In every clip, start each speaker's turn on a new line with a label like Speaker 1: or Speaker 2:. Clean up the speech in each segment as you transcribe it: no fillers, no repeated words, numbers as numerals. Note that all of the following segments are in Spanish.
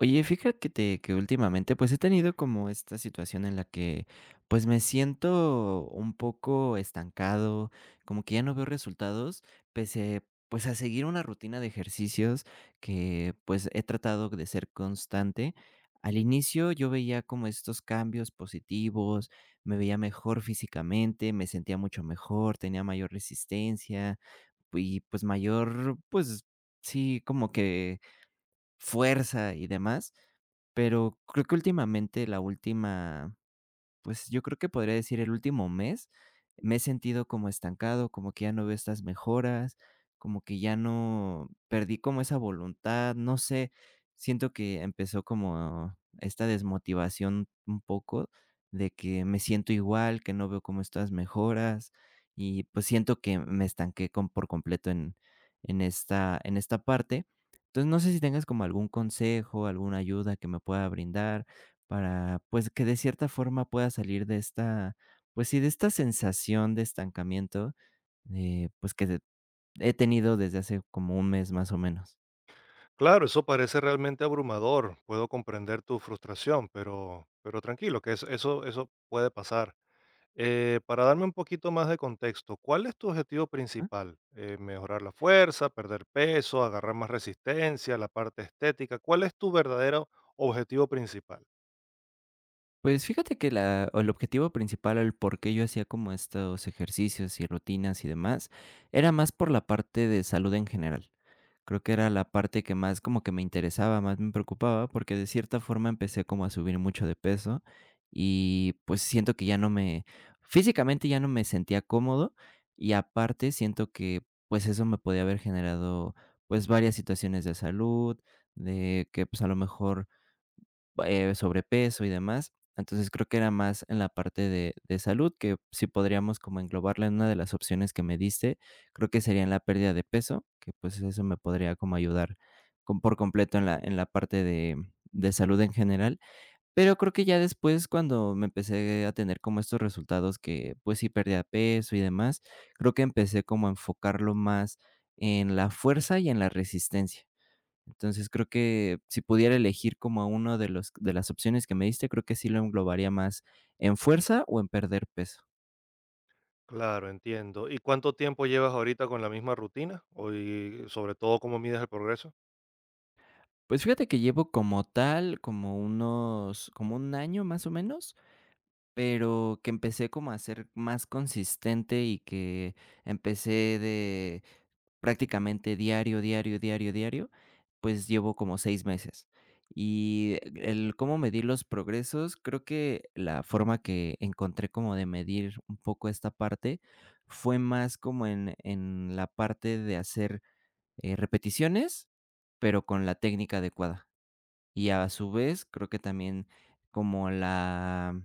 Speaker 1: Oye, fíjate que últimamente, pues, he tenido como esta situación en la que, pues, me siento un poco estancado, como que ya no veo resultados, pese, pues, a seguir una rutina de ejercicios que, pues, he tratado de ser constante. Al inicio yo veía como estos cambios positivos, me veía mejor físicamente, me sentía mucho mejor, tenía mayor resistencia y, pues, mayor, pues, sí, como que fuerza y demás. Pero creo que últimamente la última pues, yo creo que podría decir el último mes, me he sentido como estancado, como que ya no veo estas mejoras, como que ya no perdí como esa voluntad, no sé, siento que empezó como esta desmotivación un poco de que me siento igual, que no veo como estas mejoras y, pues, siento que me estanqué con por completo en esta parte. Entonces, no sé si tengas como algún consejo, alguna ayuda que me pueda brindar, para, pues, que de cierta forma pueda salir de esta, pues sí, de esta sensación de estancamiento, pues, que de he tenido desde hace como un mes más o menos.
Speaker 2: Claro, eso parece realmente abrumador. Puedo comprender tu frustración, pero tranquilo, que eso puede pasar. Para darme un poquito más de contexto, ¿cuál es tu objetivo principal? ¿Mejorar la fuerza, perder peso, agarrar más resistencia, la parte estética? ¿Cuál es tu verdadero objetivo principal?
Speaker 1: Pues fíjate que la o el objetivo principal al por qué yo hacía como estos ejercicios y rutinas y demás, era más por la parte de salud en general. Creo que era la parte que más como que me interesaba, más me preocupaba, porque de cierta forma empecé como a subir mucho de peso y pues siento que ya no me, físicamente ya no me sentía cómodo y aparte siento que pues eso me podía haber generado pues varias situaciones de salud, de que pues a lo mejor sobrepeso y demás. Entonces, creo que era más en la parte de salud, que si podríamos como englobarla en una de las opciones que me diste, creo que sería en la pérdida de peso, que, pues, eso me podría como ayudar con por completo en la parte de salud en general. Pero creo que ya después, cuando me empecé a tener como estos resultados que, pues, sí perdía peso y demás, creo que empecé como a enfocarlo más en la fuerza y en la resistencia. Entonces, creo que si pudiera elegir como a uno de los de las opciones que me diste, creo que sí lo englobaría más en fuerza o en perder peso.
Speaker 2: Claro, entiendo. ¿Y cuánto tiempo llevas ahorita con la misma rutina? O, y sobre todo, ¿cómo mides el progreso?
Speaker 1: Pues fíjate que llevo como tal, como unos, como un año más o menos, pero que empecé como a ser más consistente y que empecé de prácticamente diario, diario, diario, diario, pues llevo como 6 meses. Y el cómo medir los progresos, creo que la forma que encontré como de medir un poco esta parte fue más como en la parte de hacer, repeticiones, pero con la técnica adecuada. Y a su vez, creo que también como la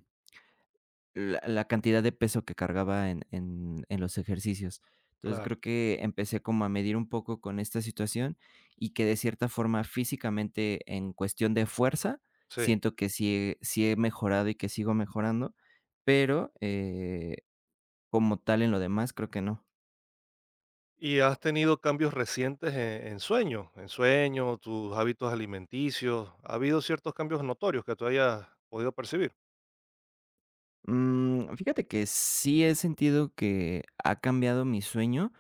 Speaker 1: la cantidad de peso que cargaba en los ejercicios. Entonces, creo
Speaker 2: Claro,
Speaker 1: que empecé como a medir un poco con esta situación, y que de cierta forma, físicamente, en cuestión de fuerza,
Speaker 2: sí.
Speaker 1: siento que sí he mejorado y que sigo mejorando, pero, como tal en lo demás, creo que no.
Speaker 2: ¿Y has tenido cambios recientes en sueño, tus hábitos alimenticios? ¿Ha habido ciertos cambios notorios que tú hayas podido percibir?
Speaker 1: Fíjate que sí he sentido que ha cambiado mi sueño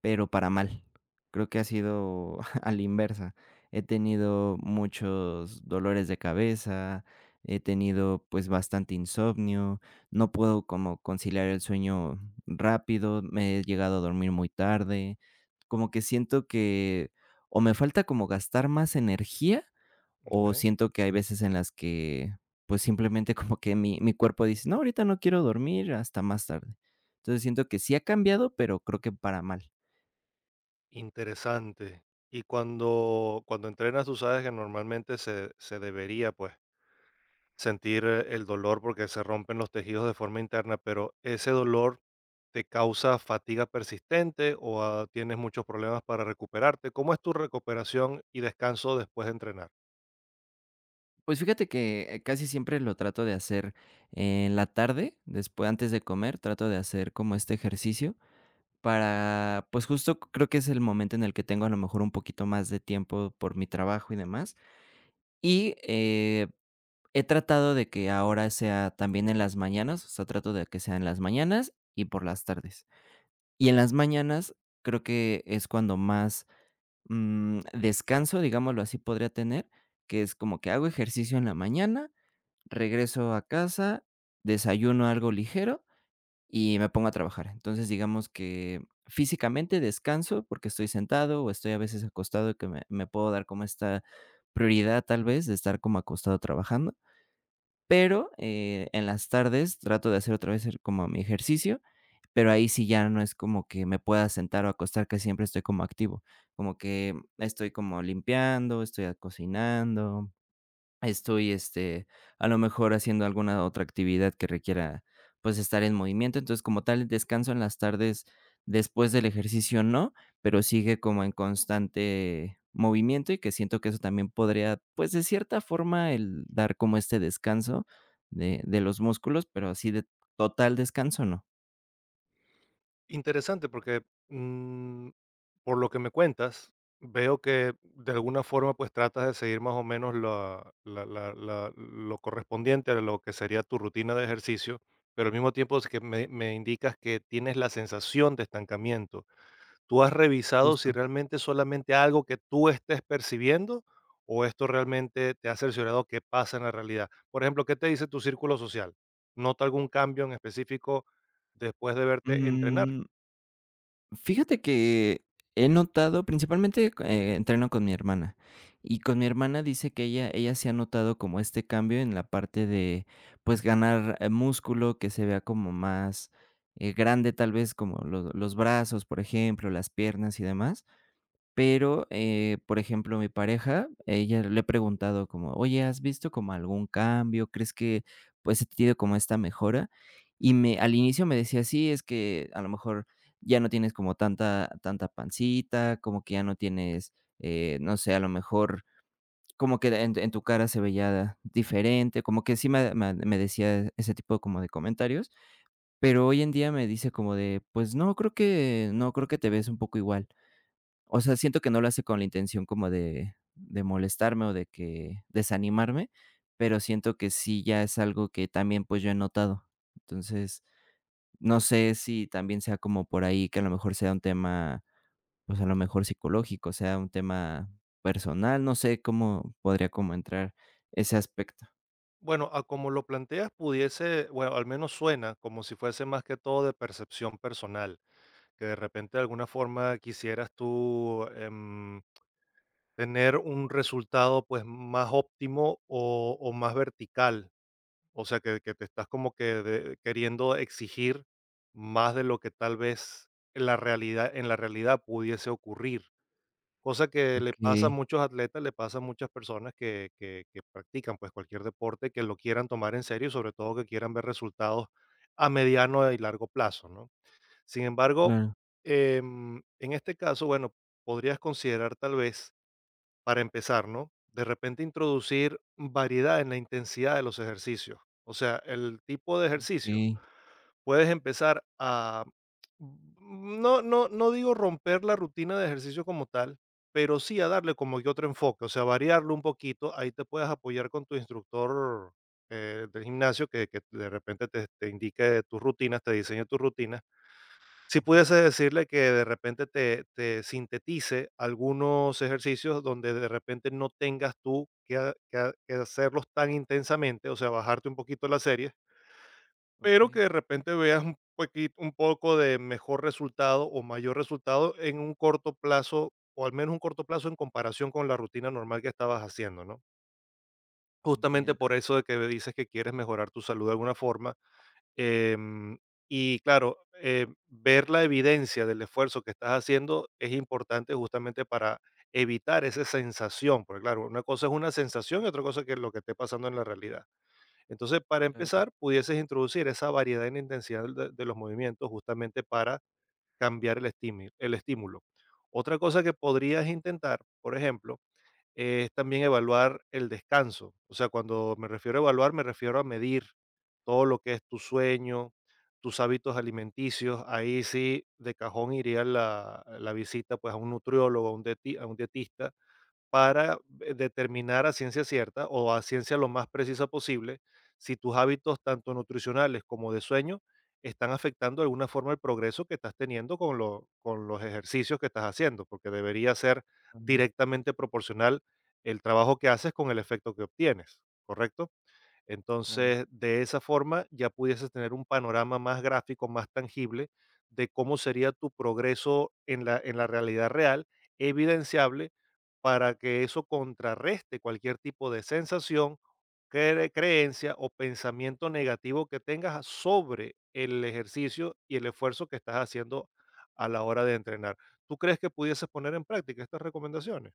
Speaker 1: pero para mal. Creo que ha sido a la inversa. He tenido muchos dolores de cabeza, he tenido pues bastante insomnio, no puedo como conciliar el sueño rápido, me he llegado a dormir muy tarde, como que siento que o me falta como gastar más energía o
Speaker 2: Ok.
Speaker 1: siento que hay veces en las que pues simplemente como que mi cuerpo dice, no, ahorita no quiero dormir hasta más tarde. Entonces siento que sí ha cambiado, pero creo que para mal.
Speaker 2: Interesante. Y cuando entrenas, tú sabes que normalmente se debería, pues, sentir el dolor porque se rompen los tejidos de forma interna, pero ese dolor te causa fatiga persistente o tienes muchos problemas para recuperarte. ¿Cómo es tu recuperación y descanso después de entrenar?
Speaker 1: Pues fíjate que casi siempre lo trato de hacer en la tarde, después, antes de comer, trato de hacer como este ejercicio para, pues justo creo que es el momento en el que tengo a lo mejor un poquito más de tiempo por mi trabajo y demás. Y he tratado de que ahora sea también en las mañanas, o sea, trato de que sea en las mañanas y por las tardes. Y en las mañanas creo que es cuando más descanso, digámoslo así, podría tener, que es como que hago ejercicio en la mañana, regreso a casa, desayuno algo ligero y me pongo a trabajar. Entonces, digamos que físicamente descanso porque estoy sentado o estoy a veces acostado que me puedo dar como esta prioridad tal vez de estar como acostado trabajando. Pero en las tardes trato de hacer otra vez como mi ejercicio, pero ahí sí ya no es como que me pueda sentar o acostar, que siempre estoy como activo, como que estoy como limpiando, estoy cocinando, estoy, a lo mejor haciendo alguna otra actividad que requiera, pues, estar en movimiento. Entonces, como tal, descanso en las tardes después del ejercicio no, pero sigue como en constante movimiento, y que siento que eso también podría, pues, de cierta forma, el dar como este descanso de los músculos, pero así de total descanso, no.
Speaker 2: Interesante porque, mm, por lo que me cuentas, veo que de alguna forma, pues, tratas de seguir más o menos la la la la lo correspondiente a lo que sería tu rutina de ejercicio, pero al mismo tiempo es que me indicas que tienes la sensación de estancamiento. ¿Tú has revisado si
Speaker 1: Justo.
Speaker 2: realmente es solamente algo que tú estés percibiendo o esto realmente te ha cerciorado qué pasa en la realidad? Por ejemplo, ¿qué te dice tu círculo social? ¿Nota algún cambio en específico después de verte entrenar?
Speaker 1: Mm. Fíjate que he notado, principalmente, entreno con mi hermana, y con mi hermana dice que ella se ha notado como este cambio en la parte de, pues, ganar, músculo, que se vea como más, grande, tal vez, como lo los brazos, por ejemplo, las piernas y demás. Pero, por ejemplo, mi pareja, ella le he preguntado como: "Oye, ¿has visto como algún cambio? ¿Crees que, pues, he tenido como esta mejora?". Y me al inicio me decía: "Sí, es que a lo mejor ya no tienes como tanta pancita, como que ya no tienes, no sé, a lo mejor como que en tu cara se veía diferente", como que sí me decía ese tipo como de comentarios, pero hoy en día me dice como de: "Pues no, creo que no, creo que te ves un poco igual". O sea, siento que no lo hace con la intención como de molestarme o de que desanimarme, pero siento que sí ya es algo que también, pues, yo he notado. Entonces, no sé si también sea como por ahí que a lo mejor sea un tema, pues, a lo mejor psicológico, sea un tema personal, no sé cómo podría como entrar ese aspecto.
Speaker 2: Bueno, a como lo planteas, pudiese, bueno, al menos suena como si fuese más que todo de percepción personal, que de repente de alguna forma quisieras tú tener un resultado pues más óptimo o más vertical, o sea, que te estás como que queriendo exigir más de lo que tal vez en la realidad pudiese ocurrir. Cosa que le
Speaker 1: Okey,
Speaker 2: pasa a muchos atletas, le pasa a muchas personas que practican, pues, cualquier deporte, que lo quieran tomar en serio y sobre todo que quieran ver resultados a mediano y largo plazo, ¿no? Sin embargo,
Speaker 1: claro,
Speaker 2: en este caso, bueno, podrías considerar tal vez, para empezar, ¿no? De repente introducir variedad en la intensidad de los ejercicios. O sea, el tipo de ejercicio
Speaker 1: okey,
Speaker 2: puedes empezar a, no, no, no digo romper la rutina de ejercicio como tal, pero sí a darle como que otro enfoque, o sea, variarlo un poquito. Ahí te puedes apoyar con tu instructor del gimnasio que de repente te indique tus rutinas, te diseñe tus rutinas. Si pudiese decirle que de repente te sintetice algunos ejercicios donde de repente no tengas tú que, que hacerlos tan intensamente, o sea, bajarte un poquito la serie pero que
Speaker 1: okey,
Speaker 2: de repente veas un poquit un poco de mejor resultado o mayor resultado en un corto plazo, o al menos un corto plazo en comparación con la rutina normal que estabas haciendo, ¿no? Justamente
Speaker 1: entiendo,
Speaker 2: por eso de que me dices que quieres mejorar tu salud de alguna forma, em, y claro, ver la evidencia del esfuerzo que estás haciendo es importante justamente para evitar esa sensación, porque claro, una cosa es una sensación y otra cosa que es lo que esté pasando en la realidad. Entonces, para
Speaker 1: claro,
Speaker 2: empezar, pudieses introducir esa variedad en intensidad de los movimientos justamente para cambiar el estímulo, el estímulo. Otra cosa que podrías intentar, por ejemplo, es también evaluar el descanso. O sea, cuando me refiero a evaluar, me refiero a medir todo lo que es tu sueño, tus hábitos alimenticios. Ahí sí, de cajón iría la visita pues, a un nutriólogo, a un a un dietista, para determinar a ciencia cierta o a ciencia lo más precisa posible si tus hábitos tanto nutricionales como de sueño están afectando de alguna forma el progreso que estás teniendo con, con los ejercicios que estás haciendo, porque debería ser
Speaker 1: claro,
Speaker 2: directamente proporcional el trabajo que haces con el efecto que obtienes, ¿correcto?
Speaker 1: claro.
Speaker 2: Entonces, de esa forma ya pudieses tener un panorama más gráfico, más tangible de cómo sería tu progreso en en la realidad real, evidenciable, para que eso contrarreste cualquier tipo de sensación, creencia o pensamiento negativo que tengas sobre el ejercicio y el esfuerzo que estás haciendo a la hora de entrenar. ¿Tú crees que pudieses poner en práctica estas recomendaciones?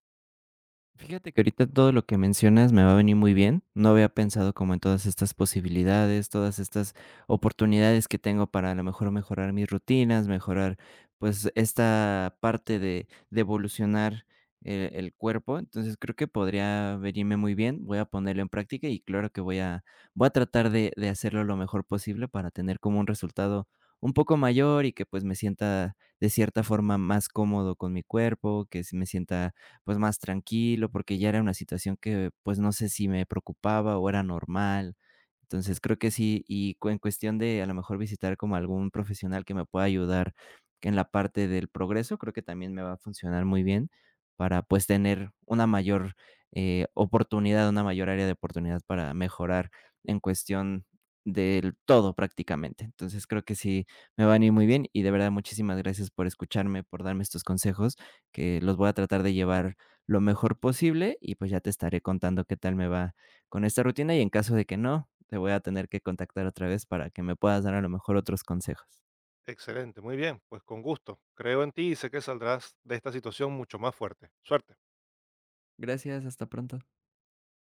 Speaker 1: Fíjate que ahorita todo lo que mencionas me va a venir muy bien. No había pensado como en todas estas posibilidades, todas estas oportunidades que tengo para a lo mejor mejorar mis rutinas, mejorar pues esta parte de evolucionar el, cuerpo. Entonces creo que podría venirme muy bien. Voy a ponerlo en práctica y claro que voy a, voy a tratar de hacerlo lo mejor posible para tener como un resultado un poco mayor y que pues me sienta de cierta forma más cómodo con mi cuerpo, que sí me sienta pues más tranquilo, porque ya era una situación que pues no sé si me preocupaba o era normal. Entonces creo que sí, y en cuestión de a lo mejor visitar como algún profesional que me pueda ayudar en la parte del progreso, creo que también me va a funcionar muy bien para pues tener una mayor oportunidad, una mayor área de oportunidad para mejorar en cuestión del todo prácticamente. Entonces creo que sí me van a ir muy bien y de verdad muchísimas gracias por escucharme, por darme estos consejos que los voy a tratar de llevar lo mejor posible y pues ya te estaré contando qué tal me va con esta rutina y en caso de que no, te voy a tener que contactar otra vez para que me puedas dar a lo mejor otros consejos.
Speaker 2: Excelente, muy bien, pues con gusto. Creo en ti y sé que saldrás de esta situación mucho más fuerte. Suerte.
Speaker 1: Gracias, hasta pronto.